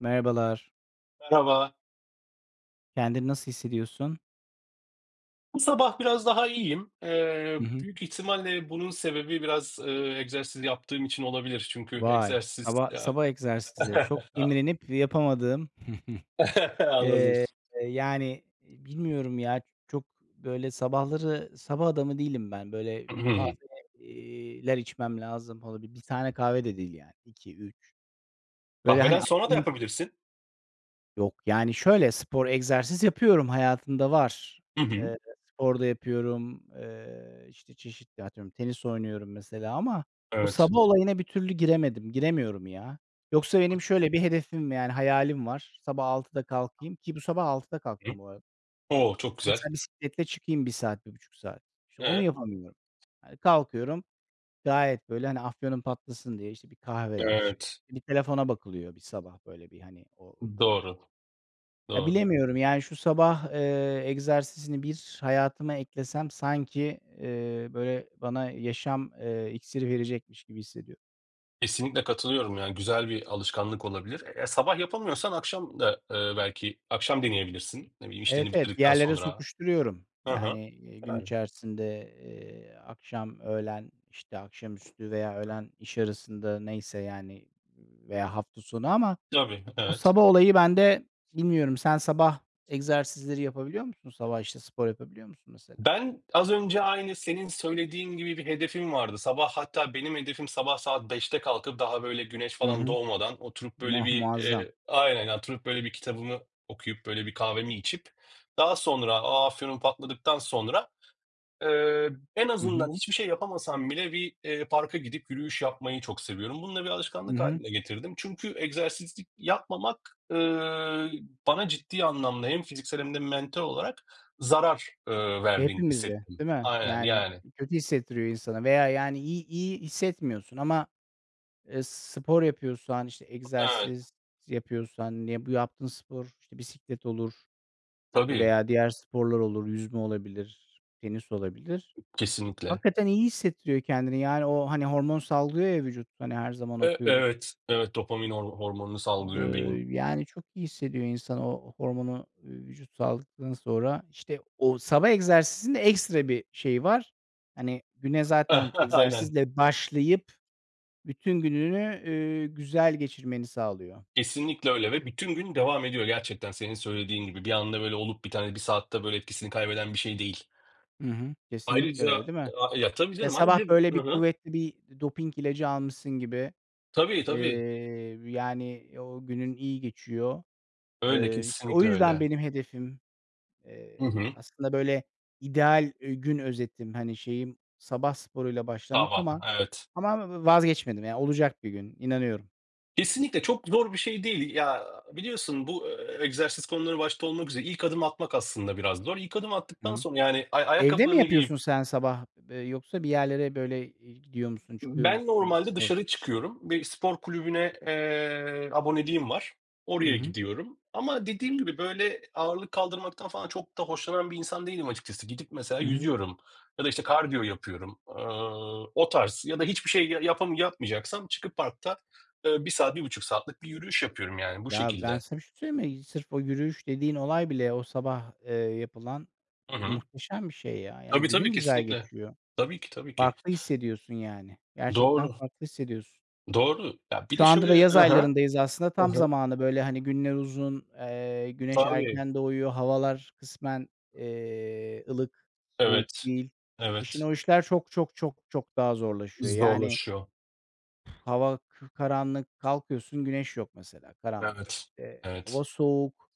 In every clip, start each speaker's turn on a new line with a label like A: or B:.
A: Merhabalar.
B: Merhaba.
A: Kendini nasıl hissediyorsun?
B: Bu sabah biraz daha iyiyim.
A: Hı hı.
B: Büyük ihtimalle bunun sebebi biraz, egzersiz yaptığım için olabilir. Çünkü
A: Vay,
B: egzersiz
A: sabah
B: ya.
A: sabah egzersizi. Çok imrenip yapamadığım,
B: Anladım.
A: eee, yani, bilmiyorum ya, çok böyle sabahları sabah adamı değilim ben. Böyle bir
B: Hı hı.
A: kahveler içmem lazım. Hani, bir tane kahve de değil yani 2 üç. Böyle, hani,
B: Kahveden sonra da yapabilirsin.
A: yok, yani, şöyle, spor, egzersiz yapıyorum, hayatımda var.
B: Hı hı.
A: Eee, Spor da yapıyorum, işte, çeşitli, atıyorum, tenis oynuyorum mesela ama o
B: Evet.
A: sabah olayına bir türlü giremedim, giremiyorum ya. Yoksa benim şöyle bir hedefim, yani, hayalim var. Sabah 6'da kalkayım ki bu sabah 6'da
B: Hı.
A: kalktım bu arada.
B: O! Çok güzel.
A: Mesela bisikletle çıkayım bir saat, bir buçuk saat. İşte, onu
B: He.
A: yapamıyorum. Hani, kalkıyorum, gayet, böyle, hani, afyonum patlasın diye, işte, bir kahveler,
B: Evet.
A: bir telefona bakılıyor bir sabah, böyle, bir, hani, o rutin
B: Doğru,
A: ya,
B: doğru.
A: bilemiyorum, yani, şu sabah, egzersizini bir hayatıma eklesem sanki, böyle, bana yaşam, iksiri verecekmiş gibi hissediyorum.
B: Kesinlikle katılıyorum, yani, güzel bir alışkanlık olabilir. Sabah yapamıyorsan akşam da, belki akşam deneyebilirsin. Ne bileyim,
A: Evet,
B: işlerini
A: evet, bir
B: bitirdikten
A: yerlere
B: sonra.
A: sokuşturuyorum.
B: Hı hı.
A: Yani, gün
B: Yani.
A: içerisinde, akşam, öğlen, işte, akşamüstü veya öğlen iş arasında neyse, yani, veya hafta sonu ama
B: Tabii,
A: o
B: evet.
A: sabah olayı bende bilmiyorum. Sen sabah egzersizleri yapabiliyor musun? Sabah, işte, spor yapabiliyor musun mesela?
B: Ben az önce aynı senin söylediğin gibi bir hedefim vardı. Sabah hatta benim hedefim sabah saat beşte kalkıp daha böyle güneş
A: Hı
B: falan
A: hı.
B: doğmadan oturup böyle
A: Muah
B: bir,
A: muazzam.
B: aynen oturup böyle bir kitabımı okuyup böyle bir kahvemi içip daha sonra o afyonum patladıktan sonra Eee, en
A: Hı hı.
B: azından hiçbir şey yapamasam bile bir, parka gidip yürüyüş yapmayı çok seviyorum. Bunu da bir
A: Hı
B: alışkanlık
A: hı.
B: hâline getirdim. Çünkü egzersizlik yapmamak, bana ciddi anlamda hem fiziksel hem de mental olarak zarar, verdiğini
A: Hepimizi,
B: hissettim.
A: değil mi?
B: Aynen,
A: Yani,
B: yani.
A: kötü hissettiriyor insana veya, yani, iyi iyi hissetmiyorsun ama, spor yapıyorsan, işte,
B: Evet.
A: egzersiz yapıyorsan, ya, bu yaptığın spor, işte, bisiklet olur,
B: Tabii,
A: veya diğer sporlar olur, yüzme olabilir, tenis olabilir.
B: kesinlikle.
A: Hakikaten iyi hissettiriyor kendini. Yani, o, hani, hormon salgılıyor ya vücut, hani, her zaman
B: E
A: okuyoruz.
B: evet, evet, dopamin hormonunu salgılıyor
A: Iıı,
B: beyin.
A: yani, çok iyi hissediyor insan o hormonu, vücut salgıladıktan sonra. İşte, o sabah egzersizinde ekstra bir şey var. Hani, güne zaten
B: Aynen.
A: egzersizle başlayıp bütün gününü, güzel geçirmeni sağlıyor.
B: Kesinlikle öyle ve bütün gün devam ediyor gerçekten senin söylediğin gibi. Bir anda böyle olup biteni, bir saatte böyle etkisini kaybeden bir şey değil.
A: Hı hı. Kesinlikle öyle,
B: Ayrıca
A: değil mi?
B: ya, tabii
A: Ya,
B: canım, ayrıca.
A: sabah böyle
B: Hı
A: bir
B: hı.
A: kuvvetli bir doping ilacı almışsın gibi.
B: Tabii,
A: Eee,
B: tabii.
A: yani, o günün iyi geçiyor.
B: Öyle,
A: İşte, o
B: kesinlikle
A: yüzden
B: öyle.
A: benim hedefim
B: Hı
A: Eee,
B: hı.
A: aslında böyle ideal, gün özetim, hani, şeyim sabah sporuyla başlamak
B: Kahvaltı,
A: ama
B: evet.
A: vazgeçmedim ya, olacak bir gün, inanıyorum.
B: Kesinlikle çok zor bir şey değil. Ya, biliyorsun bu, egzersiz konuları başta olmak üzere ilk adım atmak aslında biraz zor. İlk adım
A: Hı
B: attıktan
A: hı.
B: sonra yani ay
A: Evde mi
B: ayakkabılarını giyip.
A: yapıyorsun sen sabah, yoksa bir yerlere böyle, gidiyor musun, çıkıyor
B: Ben
A: musun bir
B: normalde
A: spor?
B: dışarı çıkıyorum. Bir spor kulübüne, aboneliğim var.
A: Hı
B: Oraya
A: hı.
B: gidiyorum ama dediğim gibi, böyle, ağırlık kaldırmaktan falan çok da hoşlanan bir insan değilim açıkçası. Gidip mesela
A: Hı hı.
B: yüzüyorum ya da, işte, kardiyo yapıyorum. O tarz ya da hiçbir şey ya yapmayacaksam çıkıp parkta, 1 saat, bir buçuk saatlik bir yürüyüş yapıyorum, yani, bu
A: Ya, ben
B: şekilde.
A: sana bir şey söyleyeyim mi? Sırf o yürüyüş dediğin olay bile o sabah, yapılan
B: Hı hı.
A: muhteşem bir şey ya. Yani
B: Tabii, tabii,
A: günün güzel
B: kesinlikle.
A: geçiyor.
B: Tabii ki, tabii ki.
A: Farklı hissediyorsun yani. Gerçekten
B: Doğru,
A: farklı hissediyorsun.
B: doğru. Ya, bir
A: Şu
B: de
A: anda da
B: şöyle.
A: yaz
B: Hı hı.
A: aylarındayız aslında. Tam zamanı böyle, hani, günler uzun, güneş
B: Tabii.
A: erken doğuyor, havalar kısmen, ılık, soğuk
B: Evet.
A: değil. Kışın
B: Evet.
A: o işler çok, çok, çok, çok daha zorlaşıyor. Yani,
B: Zorlaşıyor.
A: hava karanlık, kalkıyorsun güneş yok mesela, karanlık.
B: Evet,
A: İşte, hava
B: evet.
A: soğuk,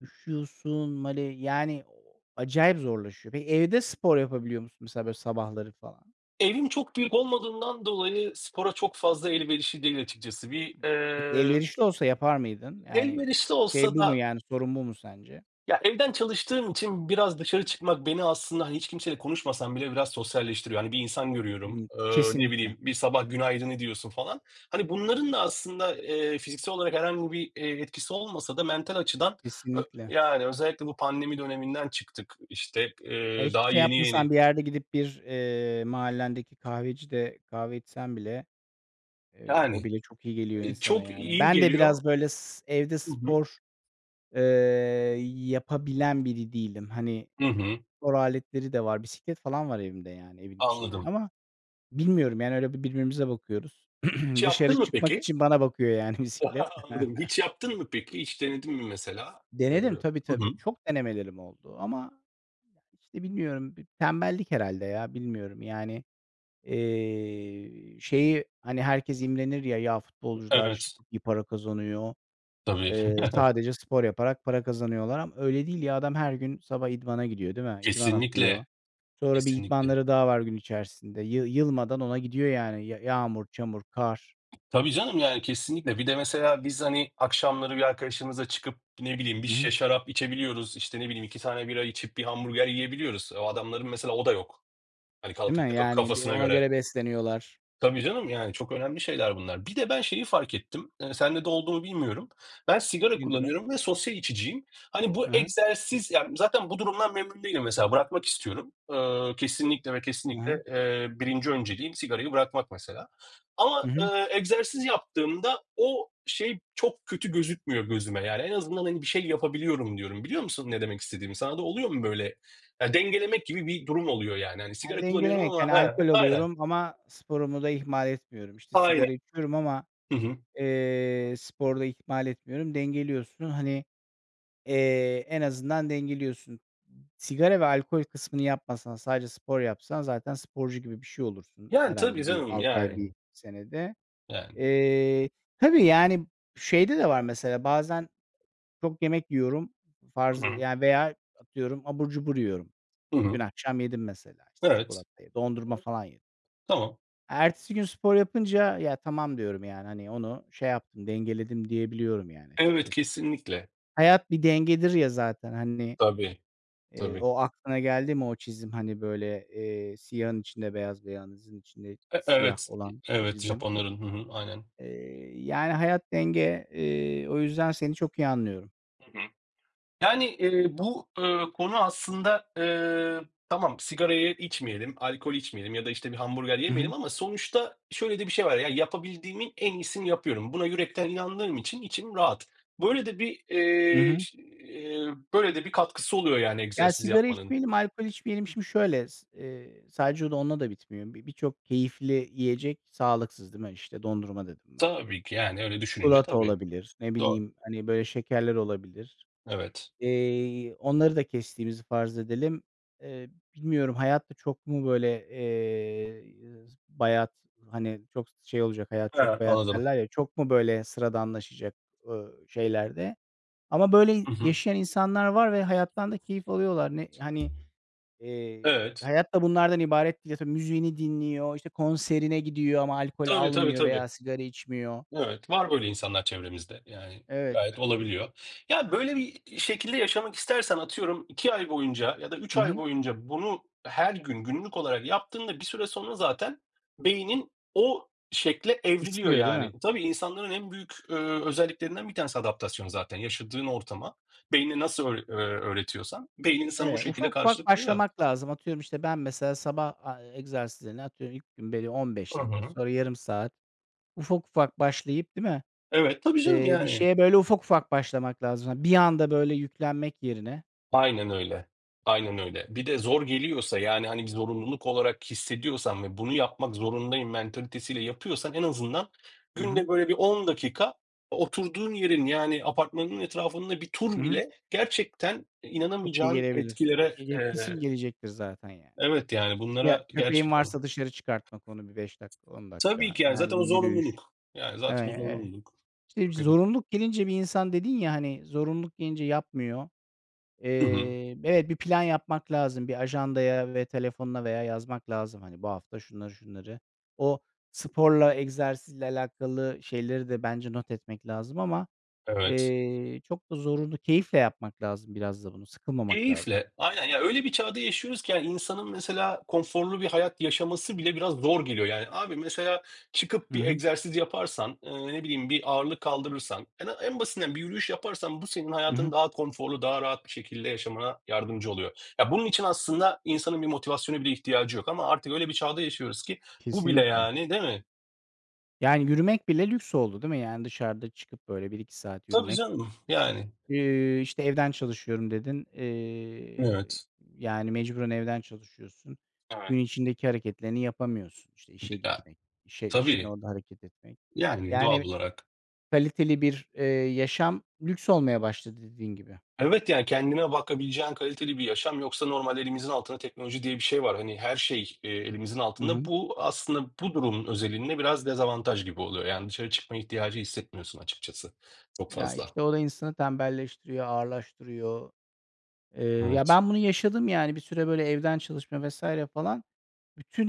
A: üşüyorsun, male yani, o acayip zorlaşıyor. Peki, evde spor yapabiliyor musun mesela böyle sabahları falan?
B: Evim çok büyük olmadığından dolayı spora çok fazla elverişli değil açıkçası.
A: Peki, elverişli olsa yapar mıydın? Yani,
B: Elverişli
A: şey
B: olsa
A: bu mu
B: da
A: yani, sorun bu mu sence?
B: ya, evden çalıştığım için biraz dışarı çıkmak beni aslında, hani, hiç kimseyle konuşmasam bile biraz sosyalleştiriyor. Hani, bir insan görüyorum,
A: Hıı.
B: ne
A: Kesinlikle,
B: bileyim, bir sabah günaydın ediyorsun falan. Hani, bunların da aslında, fiziksel olarak herhangi bir, etkisi olmasa da mental açıdan ö
A: kesinlikle.
B: yani özellikle bu pandemi döneminden çıktık, işte,
A: Ya, hiçbir
B: daha
A: şey
B: yeni
A: yapmasan
B: yeni.
A: bir yerde gidip bir, mahallendeki kahvecide kahve içsen bile, o
B: Yani.
A: bile çok iyi geliyor insana
B: Çok
A: yani.
B: iyi
A: Ben de
B: geliyor.
A: biraz böyle evde
B: Hı hı.
A: spor, eee, yapabilen biri değilim. Hani,
B: Hı hı.
A: spor aletleri de var, bisiklet falan var evimde yani evin içinde
B: Anladım.
A: ama bilmiyorum yani öyle bir birbirimize bakıyoruz.
B: Hiç
A: Dışarı
B: yaptın mı
A: çıkmak
B: peki?
A: için bana bakıyor yani bisiklet.
B: Anladım. Hiç yaptın mı peki? Hiç denedin mi mesela?
A: Denedim tabii,
B: Hı hı.
A: tabii. Çok denemelerim oldu ama İşte, bilmiyorum, tembellik herhâlde ya, bilmiyorum. Yani, şeyi, hani, herkes imrenir ya, "Ya, futbolcular, işte,
B: Evet,
A: çok iyi para kazanıyor,
B: tabii.
A: sadece spor yaparak para kazanıyorlar." ama öyle değil ya, adam her gün sabah idmana gidiyor, değil mi? İdman atıyor.
B: Kesinlikle,
A: Sonra bir
B: kesinlikle.
A: idmanları daha var gün içerisinde. Yılmadan ona gidiyor yani. Ya yağmur, çamur, kar,
B: Tabii canım, yani kesinlikle. Bir de mesela biz, hani, akşamları bir arkadaşımızla çıkıp, ne bileyim, bir
A: hı hı,
B: şişe şarap içebiliyoruz, işte, ne bileyim, 2 tane bira içip bir hamburger yiyebiliyoruz. O adamların mesela o da yok. Hani,
A: değil
B: kalkıp
A: mi?
B: da
A: Yani,
B: kafasına
A: ona
B: göre.
A: göre besleniyorlar.
B: Tabii canım, yani çok önemli şeyler bunlar. Bir de ben şeyi fark ettim, sende de olduğunu bilmiyorum. Ben sigara
A: Nedir o?
B: kullanıyorum ve sosyal içiciyim. Hani bu
A: Hı hı.
B: egzersiz, yani zaten bu durumdan memnun değilim mesela, bırakmak istiyorum. Kesinlikle ve
A: Hı hı.
B: kesinlikle, 1. önceliğim sigarayı bırakmak mesela. Ama,
A: Hı hı.
B: egzersiz yaptığımda o şey çok kötü gözükmüyor gözüme. Yani en azından, hani, bir şey yapabiliyorum diyorum. Biliyor musun ne demek istediğimi? Sana da oluyor mu böyle? Ya dengelemek gibi bir durum oluyor yani. Hani
A: Ha,
B: sigara kullanıyorum
A: dengelemek, yani
B: ama. He,
A: alkol
B: aynen,
A: alıyorum ama sporumu da ihmal etmiyorum. İşte,
B: aynen.
A: sigara içiyorum ama,
B: Hı hı.
A: sporu da ihmal etmiyorum. Dengeliyorsun. Hani, en azından dengeliyorsun. Sigara ve alkol kısmını yapmasan, sadece spor yapsan zaten sporcu gibi bir şey olursun
B: Yani, tabii
A: herhalde bir
B: canım,
A: 6 ay, bir
B: yani,
A: senede.
B: yani.
A: Eee, tabii, yani, şeyde de var mesela bazen çok yemek yiyorum
B: Hı
A: farz
B: hı.
A: yani, veya atıyorum abur cubur yiyorum.
B: Hı
A: Dün
B: hı.
A: akşam yedim mesela, işte,
B: Evet,
A: çikolatayı, dondurma falan yedim.
B: tamam.
A: Ertesi gün spor yapınca, "Ya, tamam." diyorum yani, hani, onu şey yaptım, dengeledim diyebiliyorum yani
B: Evet,
A: açıkçası.
B: kesinlikle.
A: Hayat bir dengedir ya zaten, hani,
B: Tabii, tabii.
A: o aklına geldi mi o çizim, hani, böyle, siyahın içinde beyaz, beyazın içinde
B: E
A: siyah
B: evet,
A: olan
B: evet,
A: çizim?
B: Japonların. Hı hı, aynen.
A: Yani hayat denge. O yüzden seni çok iyi anlıyorum.
B: Hı hı. Yani, bu, konu aslında, tamam sigarayı içmeyelim, alkol içmeyelim ya da, işte, bir hamburger
A: Hı hı.
B: yemeyelim ama sonuçta şöyle de bir şey var, ya, yapabildiğimin en iyisini yapıyorum. Buna yürekten inandığım için içim rahat. Böyle de bir,
A: Hı hı.
B: ş böyle de bir katkısı oluyor yani
A: Ya,
B: egzersiz
A: sigara
B: yapmanın.
A: içmeyelim, alkol içmeyelim. Şimdi şöyle, s sadece o da onunla da bitmiyor. Birçok keyifli yiyecek sağlıksız, değil mi? İşte, dondurma dedim ben.
B: Tabii ki, yani, öyle düşününce
A: Çikolata
B: tabii.
A: olabilir, ne
B: Doğru.
A: bileyim, hani, böyle şekerler olabilir.
B: Evet.
A: Onları da kestiğimizi farz edelim. Eee, bilmiyorum hayat da çok mu böyle, bayat, hani, çok şey olacak, hayat
B: He,
A: çok bayat
B: anladım.
A: derler ya, çok mu böyle sıradanlaşacak, şeylerde? Ama böyle
B: Hı hı.
A: yaşayan insanlar var ve hayattan da keyif alıyorlar. Ne hani, eee,
B: Evet.
A: hayat da bunlardan ibaret değil. Atıyorum müziğini dinliyor, işte, konserine gidiyor ama alkol
B: Tabii, tabii,
A: almıyor
B: tabii.
A: veya sigara içmiyor.
B: Evet, var böyle insanlar çevremizde. Yani,
A: Evet.
B: gayet olabiliyor. Ya, böyle bir şekilde yaşamak istersen atıyorum 2 ay boyunca ya da üç
A: Hı
B: ay
A: hı.
B: boyunca bunu her gün günlük olarak yaptığında bir süre sonra zaten beynin o şekle evriliyor,
A: İstiyor değil mi?
B: yani. Tabii insanların en büyük, özelliklerinden bir tanesi adaptasyon zaten. Yaşadığın ortama beynine nasıl öğretiyorsan beynin sana o
A: Evet,
B: şekilde
A: ufak ufak
B: karşılık veriyor.
A: başlamak lazım. Atıyorum, işte, ben mesela sabah, egzersizlerine atıyorum ilk gün belli 15
B: Hı
A: dakika,
B: hı.
A: sonra yarım saat. Ufak ufak başlayıp, değil mi?
B: Evet, tabii canım
A: Bir
B: yani.
A: şeye böyle ufak ufak başlamak lazım. Hani, bir anda böyle yüklenmek yerine.
B: Aynen öyle. Aynen öyle. Bir de zor geliyorsa yani, hani, bir zorunluluk olarak hissediyorsan ve bunu yapmak zorundayım mentalitesiyle yapıyorsan en azından
A: Hı hı.
B: günde böyle bir 10 dakika oturduğun yerin, yani, apartmanın etrafında bir
A: Hı
B: tur
A: hı.
B: bile gerçekten
A: Çok iyi
B: inanamayacağın
A: gelebilir.
B: etkilere,
A: Peki, kesin gelecektir zaten yani.
B: Evet, yani,
A: Ya,
B: bunlara
A: köpeğin
B: gerçekten.
A: varsa dışarı çıkartmak onu bir 5 dakika, 10
B: Tabii
A: dakika,
B: ki, yani, zaten
A: yani bir
B: o
A: yürüyüş.
B: zorunluluk. Yani, zaten o
A: Evet, evet.
B: zorunluluk.
A: İşte, zorunluluk gelince bir insan dedin ya, hani, zorunluluk gelince yapmıyor.
B: Hı hı.
A: Evet, bir plan yapmak lazım. Bir ajandaya ve telefonuna veya yazmak lazım. Hani, bu hafta şunları, şunları. O sporla, egzersizle alakalı şeyleri de bence not etmek lazım ama,
B: Evet.
A: çok da zorunlu keyifle yapmak lazım biraz da bunu, sıkılmamak lazım.
B: Keyifle. Aynen, ya, öyle bir çağda yaşıyoruz ki, yani, insanın mesela konforlu bir hayat yaşaması bile biraz zor geliyor. Yani, abi, mesela çıkıp
A: Hı
B: bir
A: hı.
B: egzersiz yaparsan, ne bileyim, bir ağırlık kaldırırsan, en basitinden bir yürüyüş yaparsan bu senin
A: Hı hı.
B: hayatın daha konforlu, daha rahat bir şekilde yaşamana yardımcı oluyor. Ya, bunun için aslında insanın bir motivasyona bile ihtiyacı yok ama artık öyle bir çağda yaşıyoruz ki bu bile,
A: Kesinlikle.
B: yani, değil mi?
A: Yani, yürümek bile lüks oldu, değil mi? Yani, dışarıda çıkıp böyle bir iki saat
B: Tabii
A: yürümek.
B: canım, yani.
A: İşte, "Evden çalışıyorum." dedin. Eee,
B: Evet.
A: yani, mecburen evden çalışıyorsun.
B: Evet.
A: Gün içindeki hareketlerini yapamıyorsun. İşte, işe
B: Ya,
A: gitmek, işini
B: tabii,
A: orada hareket etmek.
B: yani, doğal
A: Yani,
B: olarak.
A: kaliteli bir, yaşam lüks olmaya başladı dediğin gibi.
B: Evet, yani kendine bakabileceğin kaliteli bir yaşam yoksa normal elimizin altında teknoloji diye bir şey var. Hani her şey, elimizin
A: Hı
B: altında.
A: hı.
B: Bu aslında bu durumun özelinde biraz dezavantaj gibi oluyor. Yani dışarı çıkma ihtiyacı hissetmiyorsun açıkçası çok
A: Ya,
B: fazla.
A: işte, o da insanı tembelleştiriyor, ağırlaştırıyor. Ya,
B: Evet.
A: ben bunu yaşadım, yani, bir süre böyle evden çalışma vesaire falan.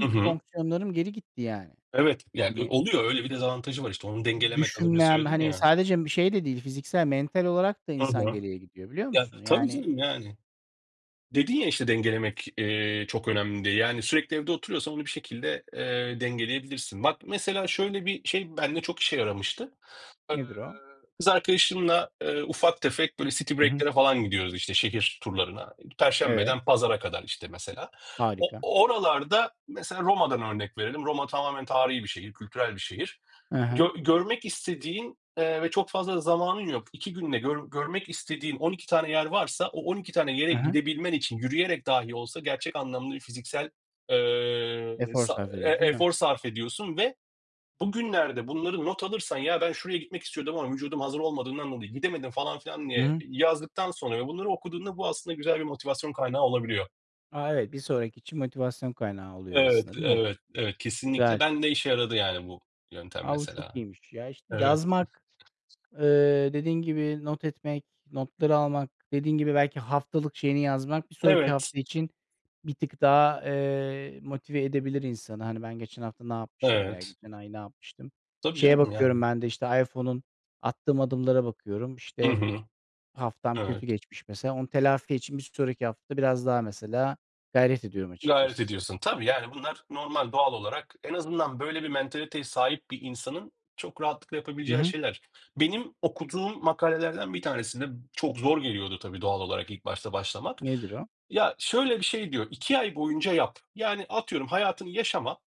B: Hı hı.
A: fonksiyonlarım geri gitti, yani.
B: Evet, yani,
A: Hani
B: oluyor öyle bir dezavantajı var işte onu dengelemek az önce
A: düşünmem,
B: söyledin
A: hani,
B: ya.
A: sadece bir şey de değil, fiziksel, mental olarak da
B: Hı
A: insan
B: hı.
A: geriye gidiyor, biliyor
B: Ya,
A: musun?
B: tabii
A: Yani
B: canım, yani. Dedin ya işte dengelemek, çok önemli diye. Yani sürekli evde oturuyorsan onu bir şekilde, dengeleyebilirsin. Bak mesela şöyle bir şey bende çok işe yaramıştı.
A: nedir o?
B: Kız arkadaşımla ufak tefek böyle city
A: Hı hı.
B: break'lere falan gidiyoruz işte şehir turlarına.
A: Evet,
B: Perşembeden pazara kadar işte mesela. O,
A: harika.
B: oralarda mesela Roma'dan örnek verelim. Roma tamamen tarihi bir şehir, kültürel bir şehir.
A: Hı hı.
B: Görmek istediğin ve çok fazla zamanın yok. İki günde görmek istediğin 12 tane yer varsa o 12 tane yere
A: Hı hı.
B: gidebilmen için yürüyerek dahi olsa gerçek anlamda bir fiziksel e,
A: Efor sarf ediyoruz, değil mi?
B: efor sarf ediyorsun ve. Bugünlerde bunları not alırsan, "Ya, ben şuraya gitmek istiyordum ama vücudum hazır olmadığından dolayı gidemedim." falan filan
A: Hı
B: diye
A: hı.
B: yazdıktan sonra ve bunları okuduğunda bu aslında güzel bir motivasyon kaynağı olabiliyor.
A: A, evet, bir sonraki için motivasyon kaynağı oluyor
B: Evet,
A: aslında, değil mi?
B: evet, evet, kesinlikle.
A: Güzel.
B: Ben de işe yaradı yani bu yöntem
A: A, bu çok
B: mesela.
A: iyiymiş. Ya, işte
B: Evet.
A: yazmak. Dediğin gibi not etmek, notları almak, dediğin gibi belki haftalık şeyini yazmak bir sonraki
B: Evet,
A: hafta için bir tık daha, motive edebilir insanı. Hani, ben geçen hafta ne yapmıştım veya
B: evet.
A: geçen ay ne yapmıştım?
B: Tabii
A: Şeye
B: canım
A: bakıyorum
B: yani.
A: ben de, işte, iPhone'un attığım adımlara bakıyorum.
B: Hı
A: İşte,
B: hı.
A: haftam kötü
B: Evet.
A: geçmiş mesela. Onu telafi için bir sonraki hafta biraz daha mesela gayret ediyorum
B: Gayret
A: açıkçası.
B: ediyorsun. Tabii, yani, bunlar normal, doğal olarak en azından böyle bir mentaliteye sahip bir insanın çok rahatlıkla
A: Hı
B: yapabileceği
A: hı.
B: şeyler. Benim okuduğum makalelerden bir tanesinde çok zor geliyordu tabii doğal olarak ilk başta başlamak.
A: Nedir o?
B: Ya, şöyle bir şey diyor, 2 ay boyunca yap." Yani, atıyorum hayatını yaşama,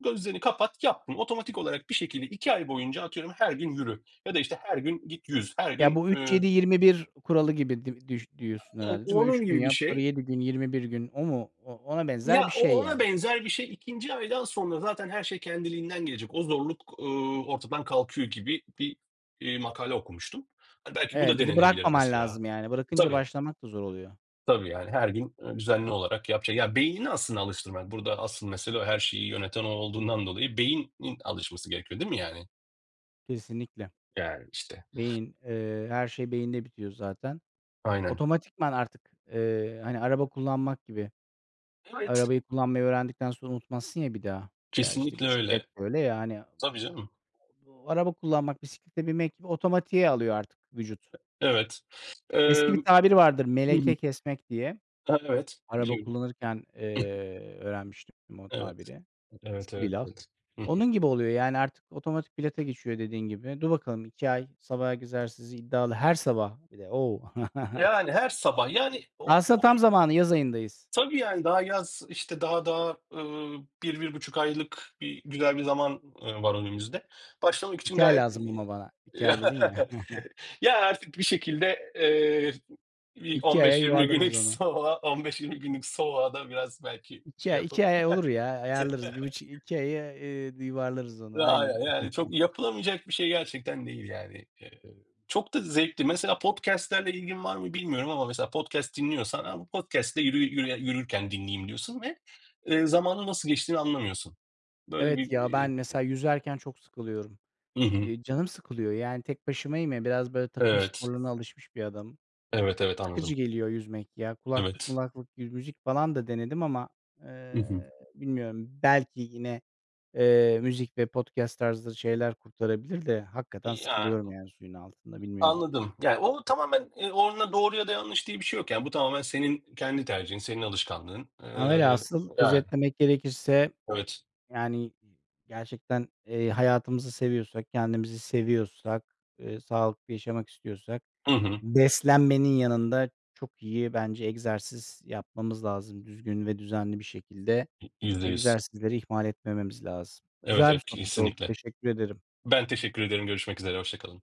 B: gözlerini kapat, yap bunu. Otomatik olarak bir şekilde 2 ay boyunca atıyorum her gün yürü ya da, işte, her gün git yüz, her
A: Ya,
B: gün,
A: bu üç yedi yirmi bir kuralı gibi düş diyorsun herhâlde, değil mi? 3
B: onun
A: gün
B: gibi bir
A: yap, sonra
B: şey.
A: 7 gün, 21 gün o mu? O ona benzer
B: Ya,
A: bir şey
B: o ona
A: yani.
B: benzer bir şey 2. aydan sonra zaten her şey kendiliğinden gelecek. O zorluk, ortadan kalkıyor gibi bir, makale okumuştum. Hani, belki bu da
A: Evet, bir de
B: denenebilir
A: bırakmaman
B: mesela.
A: lazım yani. Bırakınca
B: Tabii,
A: başlamak da zor oluyor.
B: tabii, yani, her gün, düzenli olarak yapacak. Ya, beynini aslında alıştırmak. Burada asıl mesele o her şeyi yöneten o olduğundan dolayı beynin alışması gerekiyor, değil mi yani?
A: Kesinlikle.
B: Yani, işte.
A: Beyin, her şey beyinde bitiyor zaten.
B: Aynen.
A: Otomatikman artık, hani, araba kullanmak gibi.
B: Evet,
A: Arabayı kullanmayı öğrendikten sonra unutmazsın ya bir daha veya, işte,
B: kesinlikle
A: bisiklet
B: öyle.
A: de öyle ya, hani,
B: Tabii canım.
A: o araba kullanmak, bisiklete binmek gibi otomatiğe alıyor artık vücut.
B: Evet.
A: Eski bir
B: Emm
A: tabir vardır,
B: Hı hı.
A: meleke kesmek diye.
B: Ha, evet.
A: Araba
B: Biliyorum.
A: kullanırken, öğrenmiştim o
B: Evet.
A: tabiri.
B: Evet,
A: Eski bir
B: evet,
A: laf.
B: evet. Hı
A: Onun gibi oluyor, yani, artık otomatik pilota geçiyor dediğin gibi. Dur bakalım 2 ay sabah egzersizi iddialı her sabah bir de. O!
B: Yani, her sabah, yani, o
A: Aslında
B: o
A: tam
B: gün.
A: zamanı yaz ayındayız.
B: Tabii, yani, daha yaz, işte, daha, bir buçuk aylık bir güzel bir zaman, var önümüzde. Başlamak için
A: 2 ay
B: gayet.
A: lazım ama bana. 2 ay dedin ya.
B: Ya, artık bir şekilde, bir
A: 2 aya
B: 15-20
A: yuvarlarız
B: günlük
A: onu.
B: soğuğa 15-20 günlük soğuğa da biraz belki
A: 2
B: şey
A: ay 2
B: yapıp.
A: ay olur ya, ayarlarız. 1,5 2 aya, yuvarlarız onu aynen.
B: Aynen, yani çok yapılamayacak bir şey gerçekten değil yani. Çok da zevkli. Mesela podcast'lerle ilgin var mı bilmiyorum ama mesela podcast dinliyorsan, "A, bu podcast'te yürü yürürken dinleyeyim." diyorsun ve, zamanın nasıl geçtiğini anlamıyorsun. Böyle
A: Evet
B: bir,
A: ya, ben mesela yüzerken çok sıkılıyorum.
B: Hı hı.
A: Canım sıkılıyor, yani, tek başımayım ya, biraz böyle takım
B: Evet.
A: sporlarına alışmış bir adamım.
B: Evet,
A: Çok
B: evet,
A: sıkıcı
B: anladım.
A: geliyor yüzmek ya. Kulaklık
B: Evet.
A: mulaklık, müzik falan da denedim ama,
B: Hı hı.
A: bilmiyorum. Belki yine, müzik ve podcast tarzı şeyler kurtarabilir de hakikaten sıkılıyorum
B: Yani,
A: yani suyun altında, bilmiyorum.
B: anladım. Yani, o tamamen, onunla doğru ya da yanlış diye bir şey yok yani. Bu tamamen senin kendi tercihin, senin alışkanlığın.
A: Ama velhasıl
B: Yani,
A: özetlemek gerekirse,
B: evet.
A: yani, gerçekten, hayatımızı seviyorsak, kendimizi seviyorsak, sağlıklı yaşamak istiyorsak
B: Hı hı.
A: beslenmenin yanında çok iyi bence egzersiz yapmamız lazım düzgün ve düzenli bir şekilde.
B: %100.
A: Egzersizleri ihmal etmememiz lazım.
B: Evet,
A: Güzel bir
B: evet,
A: sohbet oldu.
B: kesinlikle.
A: Teşekkür ederim.
B: Ben teşekkür ederim. Görüşmek üzere. Hoşça kalın.